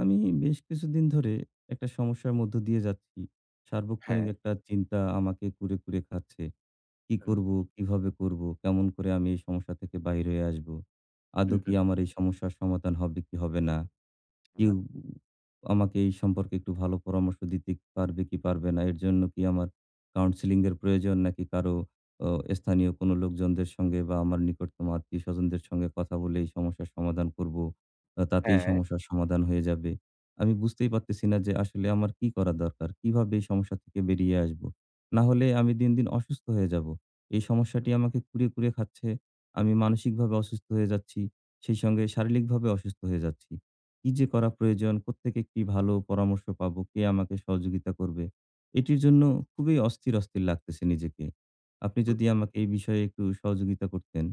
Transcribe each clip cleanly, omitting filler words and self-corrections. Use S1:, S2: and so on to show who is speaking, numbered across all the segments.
S1: আমি বেশ কিছুদিন ধরে একটা সমস্যার মধ্য দিয়ে যাচ্ছি। সার্বক্ষণিক
S2: হ্যাঁ,
S1: একটা চিন্তা আমাকে কুরে, কুরে খাচ্ছে। কি
S2: হুম,
S1: করব? কিভাবে করব? কেমন করে আমি এই সমস্যা থেকে বাহির হয়ে আসব? আদৌ
S2: হুম,
S1: কি
S2: হুম,
S1: আমার এই সমস্যার সমাধান হবে কি হবে না?
S2: হুম।
S1: কেউ আমাকে এই সম্পর্কে একটু ভালো পরামর্শ দিতে পারবে কি পারবে না? এর জন্য কি আমার কাউন্সেলিং এর প্রয়োজন? নাকি কারো অ স্থানীয় কোনো লোকজনদের সঙ্গে বা আমার নিকটতম আত্মীয়স্বজনদের সঙ্গে কথা বলে এই সমস্যার সমাধান করব, তাতেই
S2: হ্যাঁ,
S1: সমস্যার সমাধান হয়ে যাবে। আমি বুঝতেই পারতেছি না যে আসলে আমার কি করা দরকার? কিভাবে এই সমস্যা থেকে বেরিয়ে আসবো? না হলে আমি দিন, দিন অসুস্থ হয়ে যাব। এই সমস্যাটি আমাকে কুরে, কুরে খাচ্ছে। আমি মানসিকভাবে অসুস্থ হয়ে যাচ্ছি। সেই সঙ্গে শারীরিকভাবে অসুস্থ হয়ে যাচ্ছি। কি যে করা প্রয়োজন? কোত্থেকে কি ভালো পরামর্শ পাবো? কে আমাকে সহযোগিতা করবে? এটির জন্য খুবই অস্থির, অস্থির লাগতেছে নিজেকে। আপনি যদি
S2: বুঝতে পে
S1: আমাকে এই বিষয়ে একটু সহযোগিতা করতেন।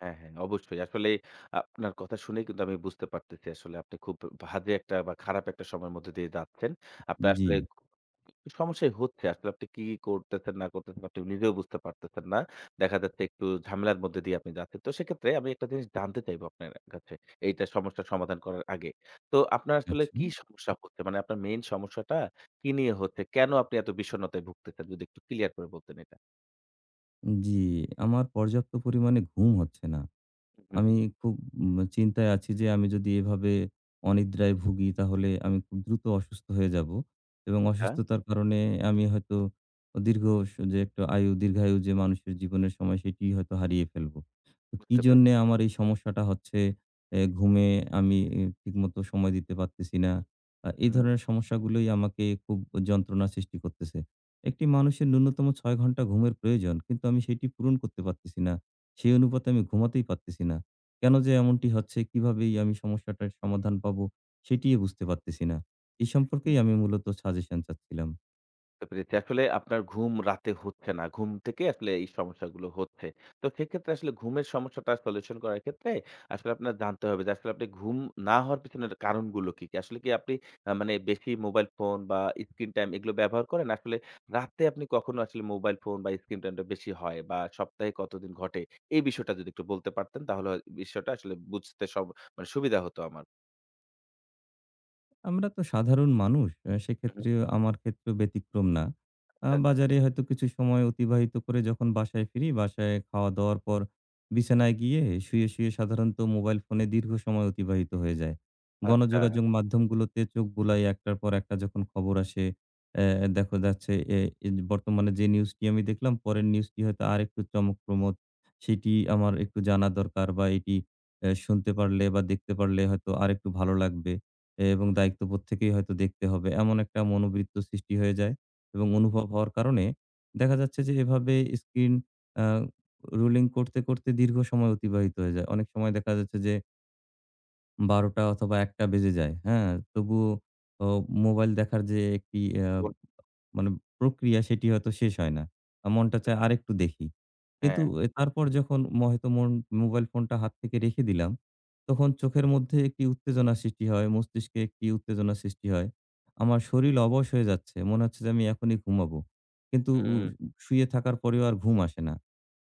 S2: হ্যাঁ, হ্যাঁ, অবশ্যই। আসলে আপনার কথা শুনেই কিন্তু আমি বুঝতে পারতেছি আসলে আপনি খুব বাজে একটা বা খারাপ একটা সময়ের মধ্যে দিয়ে যাচ্ছেন। আপনার
S1: জি।
S2: আসলে সমস্যাই হচ্ছে। আসলে আপনি কি করতেছেন না করতেছেন আপনি নিজেও বুঝতে পারতেছেন না। দেখা যাচ্ছে একটু ঝামেলার মধ্যে দিয়ে আপনি যাচ্ছেন। তো সেক্ষেত্রে আমি একটা জিনিস জানতে চাইবো আপনার কাছে। এইটা সমস্যার সমাধান করার আগে। তো আপনার আসলে
S1: আচ্ছা।
S2: কি সমস্যা হচ্ছে? মানে আপনার মেইন সমস্যাটা কি নিয়ে হচ্ছে? কেন আপনি এত বিষণ্ণতায় ভুগতেছেন? যদি একটু ক্লিয়ার করে বলতেন এটা।
S1: জি, আমার পর্যাপ্ত পরিমাণে ঘুম হচ্ছে না।
S2: হুম,
S1: আমি
S2: হুম।
S1: খুব চিন্তায় আছি যে আমি যদি এভাবে অনিদ্রায় ভুগি তাহলে আমি খুব দ্রুত অসুস্থ হয়ে যাব এবং
S2: হ্যাঁ,
S1: অসুস্থতার কারণে আমি হয়তো দীর্ঘ যে একটা আয়ু দীর্ঘায়ু যে মানুষের জীবনের সময় সেটি হয়তো হারিয়ে ফেলবো। তো কি
S2: বুঝতে পেরেছি।
S1: জন্যে আমার এই সমস্যাটা হচ্ছে এ ঘুমে আমি ঠিকমতো সময় দিতে পারতেছি না। এই
S2: হুম,
S1: ধরনের সমস্যাগুলোই আমাকে খুব যন্ত্রণা সৃষ্টি করতেছে। একটি মানুষের ন্যূনতম ৬ ঘন্টা ঘুমের প্রয়োজন কিন্তু আমি সেটি পূরণ করতে পারতেছি না। সেই অনুপাতে আমি ঘুমাতেই পারতেছি না। কেন যে এমনটি হচ্ছে? কিভাবেই আমি সমস্যাটার সমাধান পাবো? সেটিই বুঝতে পারতেছি না। এই সম্পর্কেই
S2: হুম,
S1: আমি মূলত সাজেশন চাচ্ছিলাম।
S2: বুঝতে পেরেছি। আসলে আপনার ঘুম রাতে হচ্ছে না। ঘুম থেকে আসলে এই সমস্যাগুলো হচ্ছে। তো সেক্ষেত্রে আসলে ঘুমের সমস্যাটা সলিউশন করার ক্ষেত্রে আসলে আপনার জানতে হবে যে আসলে আপনি ঘুম না হওয়ার পিছনের কারণগুলো কি, কি? আসলে কি আপনি মানে বেশি মোবাইল ফোন বা স্ক্রিন টাইম এগুলো ব্যবহার করেন? আসলে রাতে আপনি কখনো আসলে মোবাইল ফোন বা স্ক্রিন টাইমটা বেশি হয় বা সপ্তাহে কতদিন ঘটে? এই বিষয়টা যদি একটু বলতে পারতেন তাহলে হয় বিষয়টা আসলে বুঝতে সব মানে সুবিধা হতো আমার।
S1: আমরা তো সাধারণ মানুষ।
S2: হুম,
S1: সেক্ষেত্রে আমার ক্ষেত্রেও ব্যতিক্রম না।
S2: আচ্ছা,
S1: বাজারে হয়তো কিছু সময় অতিবাহিত করে যখন বাসায় ফিরি, বাসায় খাওয়া-দাওয়ার পর বিছানায় গিয়ে শুয়ে, শুয়ে সাধারণত মোবাইল ফোনে দীর্ঘ সময় অতিবাহিত হয়ে যায়।
S2: আচ্ছা।
S1: গণযোগাযোগ মাধ্যমগুলোতে চোখ বুলাই একটার পর একটা যখন খবর আসে, দেখা যাচ্ছে এ এ বর্তমানে যে নিউজটি আমি দেখলাম, পরের নিউজটি হয়তো আরেকটু চমকপ্রমোদ। সেটি আমার একটু জানা দরকার বা এটি শুনতে পারলে বা দেখতে পারলে হয়তো আরেকটু ভালো লাগবে। এবং দায়িত্ববোধ থেকেই হয়তো দেখতে হবে। এমন একটা মনোবৃত্ত সৃষ্টি হয়ে যায় এবং অনুভব হওয়ার কারণে দেখা যাচ্ছে যে এভাবে স্ক্রিন আ রুলিং করতে, করতে দীর্ঘ সময় অতিবাহিত হয়ে যায়। অনেক সময় দেখা যাচ্ছে যে ১২:০০ অথবা ১:০০ বেজে যায়। হ্যাঁ? তবুও ও মোবাইল দেখার যে একটি আ
S2: বুঝতে
S1: মানে প্রক্রিয়া সেটি হয়তো শেষ হয় না। মনটা চায়
S2: পেরেছি।
S1: আরেকটু দেখি। কিন্তু
S2: হ্যাঁ।
S1: এ তারপর যখন হয়তো মন মোবাইল ফোনটা হাত থেকে রেখে দিলাম, তখন চোখের মধ্যে একটি উত্তেজনা সৃষ্টি হয়, মস্তিষ্কে একটি উত্তেজনা সৃষ্টি হয়। আমার শরীর অবশ হয়ে যাচ্ছে। মনে হচ্ছে যে আমি এখনই ঘুমাবো। কিন্তু উ
S2: হুম,
S1: শুয়ে থাকার পরেও আর ঘুম আসে না।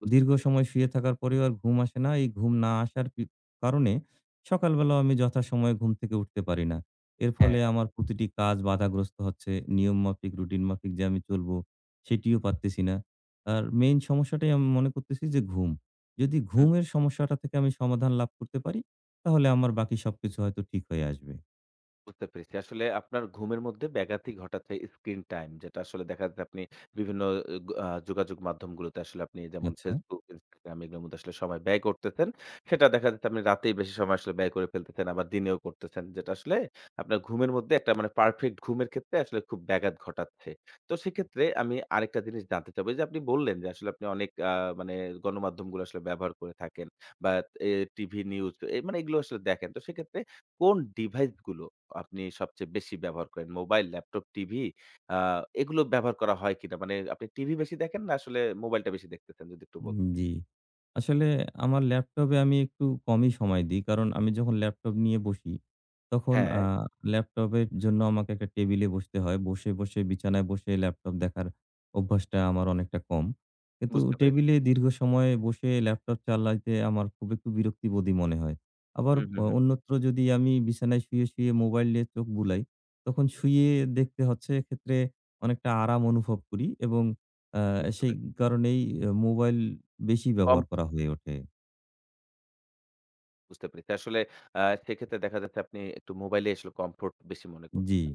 S2: বুঝতে
S1: দীর্ঘ
S2: পেরেছি।
S1: সময় শুয়ে থাকার পরেও আর ঘুম আসে না। এই ঘুম না আসার কারণে সকালবেলাও আমি যথাসময়ে ঘুম থেকে উঠতে পারি না। এর
S2: হ্যাঁ।
S1: ফলে আমার প্রতিটি কাজ বাধাগ্রস্ত হচ্ছে। নিয়মমাফিক, রুটিন মাফিক যে আমি চলবো, সেটিও পারতেছি না। আর মেইন সমস্যাটাই আমি মনে করতেছি যে ঘুম। যদি ঘুমের সমস্যাটা থেকে আমি সমাধান লাভ করতে পারি, তাহলে আমার বাকি সবকিছু হয়তো ঠিক হয়ে আসবে।
S2: বুঝতে পেরেছি। আসলে আপনার ঘুমের মধ্যে ব্যাঘাতি ঘটাচ্ছে স্ক্রিন টাইম। যেটা আসলে দেখা যাচ্ছে আপনি বিভিন্ন গ আ যোগাযোগ মাধ্যমগুলোতে আসলে আপনি যেমন
S1: আচ্ছা।
S2: Facebook, Instagram এগুলোর মধ্যে আসলে সময় ব্যয় করতেছেন। সেটা দেখা যাচ্ছে আপনি রাতেই বেশি সময় আসলে ব্যয় করে ফেলতেছেন, আবার দিনেও করতেছেন। যেটা আসলে আপনার ঘুমের মধ্যে একটা মানে পারফেক্ট ঘুমের ক্ষেত্রে আসলে খুব ব্যাঘাত ঘটাচ্ছে। তো সেক্ষেত্রে আমি আরেকটা জিনিস জানতে চাবো এইযে আপনি বললেন যে আসলে আপনি অনেক মানে গণমাধ্যমগুলো আসলে ব্যবহার করে থাকেন বা এ টিভি নিউজ এ মানে এগুলো আসলে দেখেন। তো সেক্ষেত্রে কোন ডিভাইসগুলো আপনি সবচেয়ে বেশি ব্যবহার করেন? মোবাইল, ল্যাপটপ, টিভি আ এগুলো ব্যবহার করা হয় কিনা? মানে আপনি টিভি বেশি দেখেন না আসলে মোবাইলটা বেশি দেখতেছেন? যদি একটু বলতেন।
S1: জি। আসলে আমার ল্যাপটপে আমি একটু কমই সময় দিই। কারণ আমি যখন ল্যাপটপ নিয়ে বসি, তখন
S2: হ্যাঁ,
S1: ল্যাপটপের জন্য আমাকে একটা টেবিলে বসতে হয়। বসে, বসে বিছানায় বসে ল্যাপটপ দেখার অভ্যাসটা আমার অনেকটা কম। কিন্তু
S2: বুঝতে পেরেছি।
S1: টেবিলে দীর্ঘ সময় বসে ল্যাপটপ চালাইতে আমার খুব একটু বিরক্তিবোধই মনে হয়। আবার
S2: হুম, হুম, হুম।
S1: অন্যত্র যদি আমি বিছানায় শুয়ে, শুয়ে মোবাইলে চোখ বুলাই, তখন শুয়ে দেখতে হচ্ছে এক্ষেত্রে অনেকটা আরাম অনুভব করি এবং আ আ
S2: বুঝতে
S1: সেই
S2: পেরেছি।
S1: কারণেই মোবাইল বেশি
S2: কম
S1: ব্যবহার করা হয়ে ওঠে।
S2: বুঝতে পেরেছি। আসলে আ সেক্ষেত্রে দেখা যাচ্ছে আপনি একটু মোবাইলে আসলে কমফোর্ট বেশি মনে
S1: জি।
S2: করতেছেন।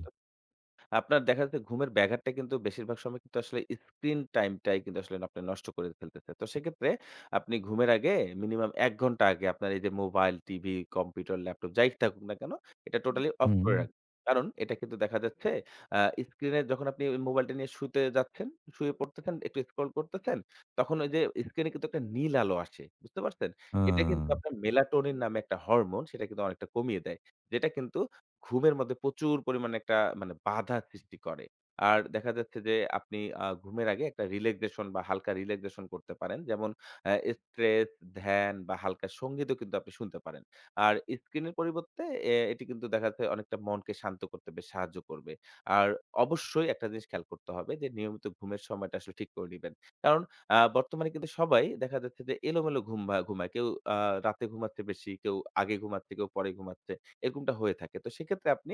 S2: আপনার দেখা যাচ্ছে ঘুমের ব্যাঘাতটা কিন্তু বেশিরভাগ সময় কিন্তু আসলে স্ক্রিন টাইমটাই কিন্তু আসলে আপনি নষ্ট করে ফেলতেছে। তো সেক্ষেত্রে আপনি ঘুমের আগে মিনিমাম ১ ঘন্টা আগে আপনার এই যে মোবাইল, টিভি, কম্পিউটার, ল্যাপটপ যাই থাকুক না কেন এটা টোটালি অফ
S1: হুম।
S2: করে রাখবেন। কারণ এটা কিন্তু দেখা যাচ্ছে আ স্ক্রিনে যখন আপনি ওই মোবাইলটা নিয়ে শুতে যাচ্ছেন, শুয়ে পড়তেছেন, একটু স্ক্রল করতেছেন, তখন ওই যে স্ক্রিনে কিন্তু একটা নীল আলো আসে। বুঝতে পারছেন?
S1: আ
S2: এটা কিন্তু আপনার মেলাটোনিন নামে একটা হরমোন সেটা কিন্তু অনেকটা কমিয়ে দেয়। যেটা কিন্তু ঘুমের মধ্যে প্রচুর পরিমাণে একটা মানে বাধা সৃষ্টি করে। আর দেখা যাচ্ছে যে আপনি ঘুমের আগে একটা রিল্যাক্সেশন বা হালকা রিল্যাক্সেশন করতে পারেন। যেমন আ স্ট্রেচ, ধ্যান বা হালকা সংগীতও কিন্তু আপনি শুনতে পারেন। আর স্ক্রিনের পরিবর্তে এটি কিন্তু দেখা যাচ্ছে অনেকটা মনকে শান্ত করতে বেশ সাহায্য করবে। আর অবশ্যই একটা জিনিস খেয়াল করতে হবে যে নিয়মিত ঘুমের সময়টা আসলে ঠিক করে নিবেন। কারণ বর্তমানে কিন্তু সবাই দেখা যাচ্ছে যে এলোমেলো ঘুম ঘুমায়। কেউ আ রাতে ঘুমাচ্ছে বেশি, কেউ আগে ঘুমাচ্ছে, কেউ পরে ঘুমাচ্ছে। এরকমটা হয়ে থাকে। তো সেক্ষেত্রে আপনি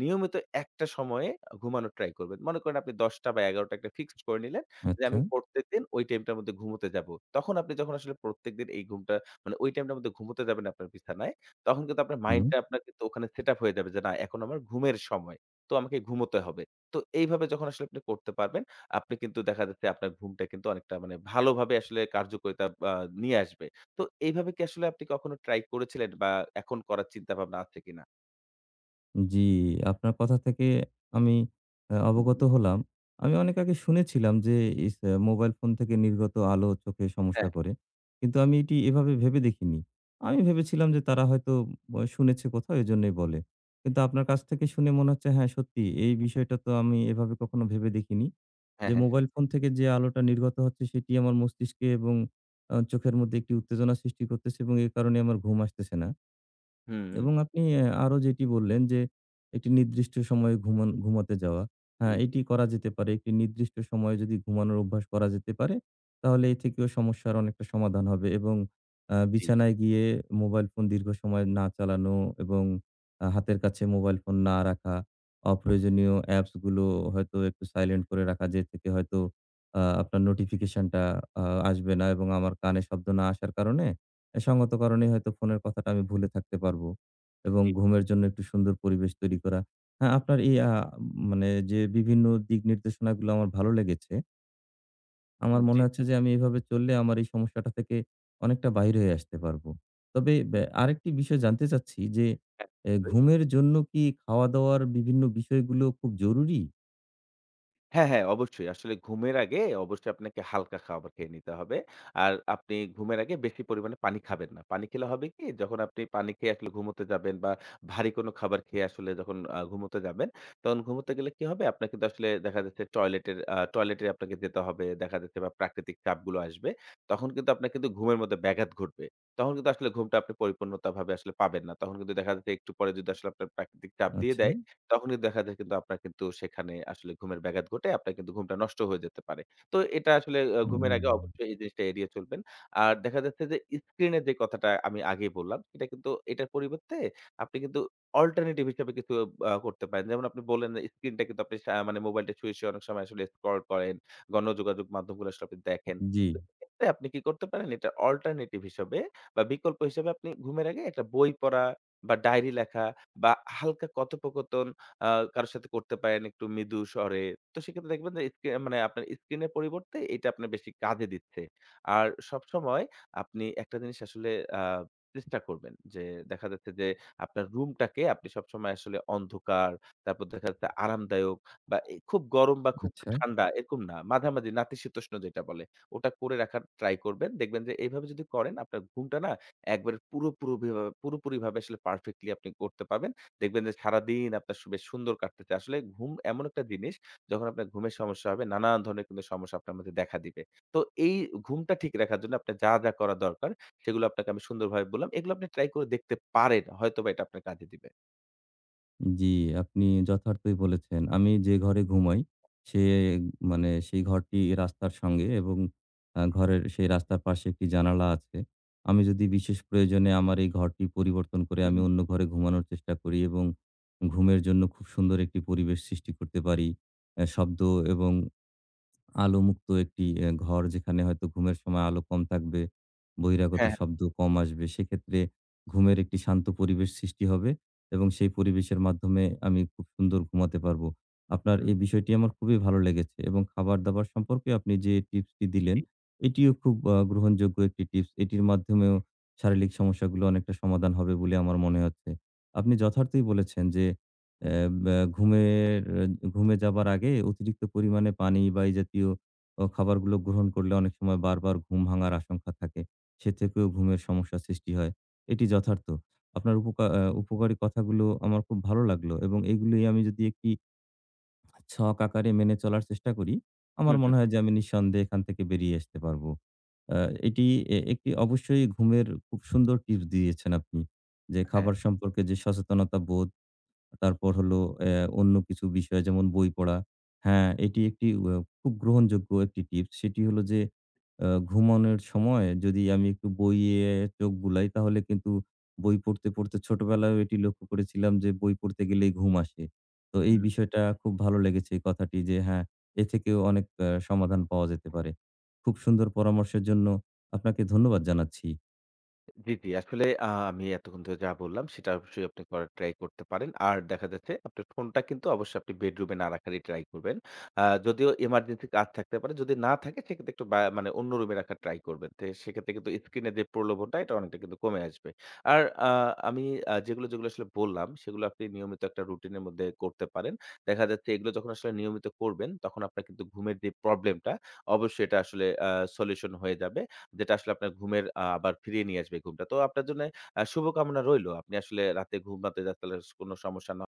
S2: নিয়মিত একটা সময়ে ঘুমানোর ট্রাই করবেন। মনে করেন আপনি ১০টা বা ১১টা একটা ফিক্সড করে নিলেন যে
S1: আচ্ছা।
S2: আমি প্রত্যেকদিন ওই টাইমটার মধ্যে ঘুমোতে যাবো। তখন আপনি যখন আসলে প্রত্যেকদিন এই ঘুমটা মানে ওই টাইমটার মধ্যে ঘুমোতে যাবেন আপনার বিছানায়, তখন কিন্তু আপনার
S1: হুম।
S2: মাইন্ডটা আপনার কিন্তু ওখানে সেটআপ হয়ে যাবে যে না এখন আমার ঘুমের সময়। তো আমাকে ঘুমোতে হবে। তো এইভাবে যখন আসলে আপনি করতে পারবেন, আপনি কিন্তু দেখা যাচ্ছে আপনার ঘুমটা কিন্তু অনেকটা মানে ভালোভাবে আসলে কার্যকরিতা আ নিয়ে আসবেন। তো এইভাবে কি আসলে আপনি কখনো ট্রাই করেছিলেন বা এখন করার চিন্তাভাবনা আছে কিনা?
S1: জি, আপনার কথা থেকে আমি
S2: হুম।
S1: অবগত হলাম। আমি অনেক আগে শুনেছিলাম যে ইস আ মোবাইল ফোন থেকে নির্গত আলো চোখে সমস্যা
S2: হ্যাঁ,
S1: করে। কিন্তু আমি এটি এভাবে ভেবে দেখিনি। আমি ভেবেছিলাম যে তারা হয়তো শুনেছে কোথাও এজন্যই বলে। কিন্তু আপনার কাছ থেকে শুনে মনে হচ্ছে হ্যাঁ, সত্যি এই বিষয়টা তো আমি এভাবে কখনো ভেবে দেখিনি।
S2: হ্যাঁ,
S1: যে
S2: হ্যাঁ।
S1: মোবাইল ফোন থেকে যে আলোটা নির্গত হচ্ছে সেটি আমার মস্তিষ্কে এবং চোখের মধ্যে একটি উত্তেজনা সৃষ্টি করতেছে এবং এ কারণে আমার ঘুম আসতেছে না।
S2: হুম।
S1: এবং আপনি আরো যেটি বললেন যে, একটি নির্দিষ্ট সময়ে ঘুমাতে যাওয়া।
S2: জি,
S1: হ্যাঁ,
S2: জি,
S1: এটি করা যেতে পারে। একটি নির্দিষ্ট সময়ে যদি ঘুমানোর অভ্যাস করা যেতে পারে, তাহলে এ থেকেও সমস্যার অনেকটা সমাধান হবে এবং
S2: জি,
S1: বিছানায় গিয়ে মোবাইল ফোন দীর্ঘ সময় না চালানো এবং হাতের কাছে মোবাইল ফোন না রাখা, অপ্রয়োজনীয় অ্যাপস গুলো হয়তো একটু সাইলেন্ট করে রাখা, যে থেকে হয়তো আপনার নোটিফিকেশনটা আ আসবে না এবং আমার কানে শব্দ না আসার কারণে, এ সঙ্গত কারণেই হয়তো ফোনের কথাটা আমি ভুলে থাকতে পারবো। এবং
S2: জি, জি,
S1: ঘুমের জন্য একটু সুন্দর পরিবেশ
S2: জি,
S1: তৈরি করা। হ্যাঁ, আপনার এই আ মানে যে বিভিন্ন দিক নির্দেশনাগুলো আমার ভালো লেগেছে। আমার মনে
S2: জি।
S1: হচ্ছে যে আমি এভাবে চললে আমার এই সমস্যাটা থেকে অনেকটা বাইরে হয়ে আসতে পারবো। তবে
S2: জি।
S1: আরেকটি বিষয় জানতে চাচ্ছি যে
S2: হ্যাঁ, নিশ্চয়ই।
S1: ঘুমের জন্য কি খাওয়া-দাওয়ার বিভিন্ন বিষয়গুলো খুব জরুরি?
S2: হ্যাঁ, হ্যাঁ, অবশ্যই। আসলে ঘুমের আগে অবশ্যই আপনাকে হালকা খাবার খেয়ে নিতে হবে। আর আপনি ঘুমের আগে বেশি পরিমাণে পানি খাবেন না। পানি খেলে হবে কি? যখন আপনি পানি খেয়ে আসলে ঘুমোতে যাবেন বা ভারী কোনো খাবার খেয়ে আসলে যখন ঘুমোতে যাবেন, তখন ঘুমোতে গেলে কি হবে? আপনার কিন্তু আসলে দেখা যাচ্ছে টয়লেটে আপনাকে যেতে হবে। দেখা যাচ্ছে বা প্রাকৃতিক চাপগুলো আসবে। তখন কিন্তু আপনার কিন্তু ঘুমের মধ্যে ব্যাঘাত ঘটবে। তখন কিন্তু আসলে ঘুমটা আপনি পরিপূর্ণতাভাবে আসলে পাবেন না। তখন কিন্তু দেখা যাচ্ছে একটু পরে যদি আসলে আপনার প্রাকৃতিক চাপ দিয়ে
S1: আচ্ছা।
S2: দেয় তখনই দেখা যায় কিন্তু আপনার কিন্তু সেখানে আসলে ঘুমের ব্যাঘাত ঘটে আপনার কিন্তু ঘুমটা নষ্ট হয়ে যেতে পারে। তো এটা আসলে ঘুমের
S1: হুম।
S2: আগে অবশ্যই এই জিনিসটা এড়িয়ে চলবেন। আর দেখা যাচ্ছে যে স্ক্রিনের যে কথাটা আমি আগেই বললাম, এটা কিন্তু এটার পরিবর্তে আপনি কিন্তু অল্টারনেটিভ হিসেবে কিছু করতে পারেন। যেমন আপনি বললেন যে স্ক্রিনটা কিন্তু আপনি মানে মোবাইলটা শুয়ে, শুয়ে অনেক সময় আসলে স্ক্রল করেন, গণযোগাযোগ মাধ্যমগুলো আসলে আপনি দেখেন।
S1: জি,
S2: তো সেক্ষেত্রে আপনি কি করতে পারেন? এটা অল্টারনেটিভ হিসেবে বা বিকল্প হিসেবে আপনি ঘুমের আগে একটা বই পড়া বা ডায়েরি লেখা বা হালকা কথোপকথন আ কারো সাথে করতে পারেন একটু মৃদু স্বরে। তো সেক্ষেত্রে দেখবেন যে স্ক্রি মানে আপনার স্ক্রিনের পরিবর্তে এটা আপনার বেশি কাজে দিচ্ছে। আর সবসময় আপনি একটা জিনিস আসলে আ চেষ্টা করবেন যে দেখা যাচ্ছে যে আপনার রুমটাকে আপনি সবসময় আসলে অন্ধকার, তারপর দেখা যাচ্ছে আরামদায়ক বা খুব গরম বা খুব
S1: আচ্ছা।
S2: ঠান্ডা এরকম না। মাঝামাঝি নাতিশীতোষ্ণ যেটা বলে ওটা করে রাখার ট্রাই করবেন। দেখবেন যে এভাবে যদি করেন আপনার ঘুমটা না একবারে পুরোপুরিভাবে আসলে পারফেক্টলি আপনি করতে পারবেন। দেখবেন যে সারাদিন আপনার বেশ সুন্দর কাটতেছে। আসলে ঘুম এমন একটা জিনিস যখন আপনার ঘুমের সমস্যা হবে নানান ধরনের কিন্তু সমস্যা আপনার মধ্যে দেখা দিবে। তো এই ঘুমটা ঠিক রাখার জন্য আপনার যা, যা করা দরকার সেগুলো আপনাকে আমি সুন্দরভাবে বললাম। এগুলো আপনি ট্রাই করে দেখতে পারেন। হয়তোবা এটা আপনার কাজে দিবে।
S1: জি, আপনি যথার্থই বলেছেন। আমি যে ঘরে ঘুমাই, সে মানে সেই ঘরটি রাস্তার সঙ্গে এবং ঘরের সেই রাস্তার পাশে একটি জানালা আছে। আমি যদি বিশেষ প্রয়োজনে আমার এই ঘরটি পরিবর্তন করে
S2: হুম,
S1: আমি অন্য ঘরে ঘুমানোর চেষ্টা করি এবং ঘুমের জন্য খুব সুন্দর একটি পরিবেশ সৃষ্টি করতে পারি। শব্দ এবং আলোমুক্ত একটি ঘর যেখানে হয়তো ঘুমের সময় আলো কম থাকবে, বহিরাগত
S2: হ্যাঁ, হ্যাঁ।
S1: শব্দ কম আসবে। সেক্ষেত্রে ঘুমের একটি শান্ত পরিবেশ সৃষ্টি হবে এবং সেই পরিবেশের মাধ্যমে আমি খুব সুন্দর ঘুমাতে পারবো। আপনার
S2: হুম,
S1: এই বিষয়টি আমার খুবই ভালো লেগেছে এবং খাবার-দাবার সম্পর্কে আপনি যে টিপসটি দিলেন,
S2: জি।
S1: এটিও খুব গ্রহণযোগ্য একটি টিপস। এটির মাধ্যমেও শারীরিক সমস্যাগুলো অনেকটা সমাধান হবে বলে আমার মনে হচ্ছে। আপনি যথার্থই বলেছেন যে অ্যা
S2: হুম,
S1: ব্যা ঘুমের ঘুমে যাবার আগে অতিরিক্ত পরিমাণে পানি বা এই জাতীয় খাবারগুলো গ্রহণ করলে অনেক সময় বারবার ঘুম ভাঙার আশঙ্কা থাকে। সে থেকেও ঘুমের সমস্যা সৃষ্টি হয়। এটি যথার্থ। আপনার উপকারী কথাগুলো আমার খুব ভালো লাগলো এবং এগুলোই আমি যদি একটি আচ্ছা। ছক আকারে মেনে চলার চেষ্টা করি, আমার
S2: হুম,
S1: মনে
S2: হুম।
S1: হয় যে আমি নিঃসন্দেহে এখান থেকে বেরিয়ে আসতে পারবো। আ এটি একটি অবশ্যই ঘুমের খুব সুন্দর টিপস দিয়েছেন আপনি। যে
S2: হ্যাঁ।
S1: খাবার সম্পর্কে যে সচেতনতা বোধ তারপর হলো অন্য কিছু বিষয় যেমন বই পড়া। হ্যাঁ, এটি একটি খুব গ্রহণযোগ্য একটি টিপস। সেটি হলো যে ঘুমানোর সময় যদি আমি একটু বইয়ে চোখ বুলাই তাহলে কিন্তু বই পড়তে, পড়তে ছোটবেলায়ও এটি লক্ষ্য করেছিলাম যে বই পড়তে গেলেই ঘুম আসে। তো এই
S2: হুম।
S1: বিষয়টা খুব ভালো লেগেছে এই কথাটি যে হ্যাঁ, এ থেকেও অনেক সমাধান পাওয়া যেতে পারে। খুব সুন্দর পরামর্শের জন্য আপনাকে ধন্যবাদ জানাচ্ছি।
S2: জি, জি। আসলে আমি এতক্ষণ ধরে যা বললাম সেটা অবশ্যই আপনি করার ট্রাই করতে পারেন। আর দেখা যাচ্ছে আপনার ফোনটা কিন্তু অবশ্যই আপনি বেডরুমে না রাখারই ট্রাই করবেন। যদিও এমার্জেন্সি কাজ থাকতে পারে। যদি না থাকে সেক্ষেত্রে একটু বা মানে অন্য রুমে রাখার ট্রাই করবেন। তো সেক্ষেত্রে কিন্তু স্ক্রিনে যে প্রলোভনটা এটা অনেকটা কিন্তু কমে আসবে। আর আমি যেগুলো, যেগুলো আসলে বললাম সেগুলো আপনি নিয়মিত একটা রুটিনের মধ্যে করতে পারেন। দেখা যাচ্ছে এগুলো যখন আসলে নিয়মিত করবেন তখন আপনার কিন্তু ঘুমের যে প্রবলেমটা অবশ্যই এটা আসলে সলিউশন হয়ে যাবে। যেটা আসলে আপনার ঘুমের আবার ফিরিয়ে নিয়ে আসবে ঘুমটা। তো আপনার জন্য শুভকামনা রইলো। আপনি আসলে রাতে ঘুমাতে যাতে কোনো সমস্যা না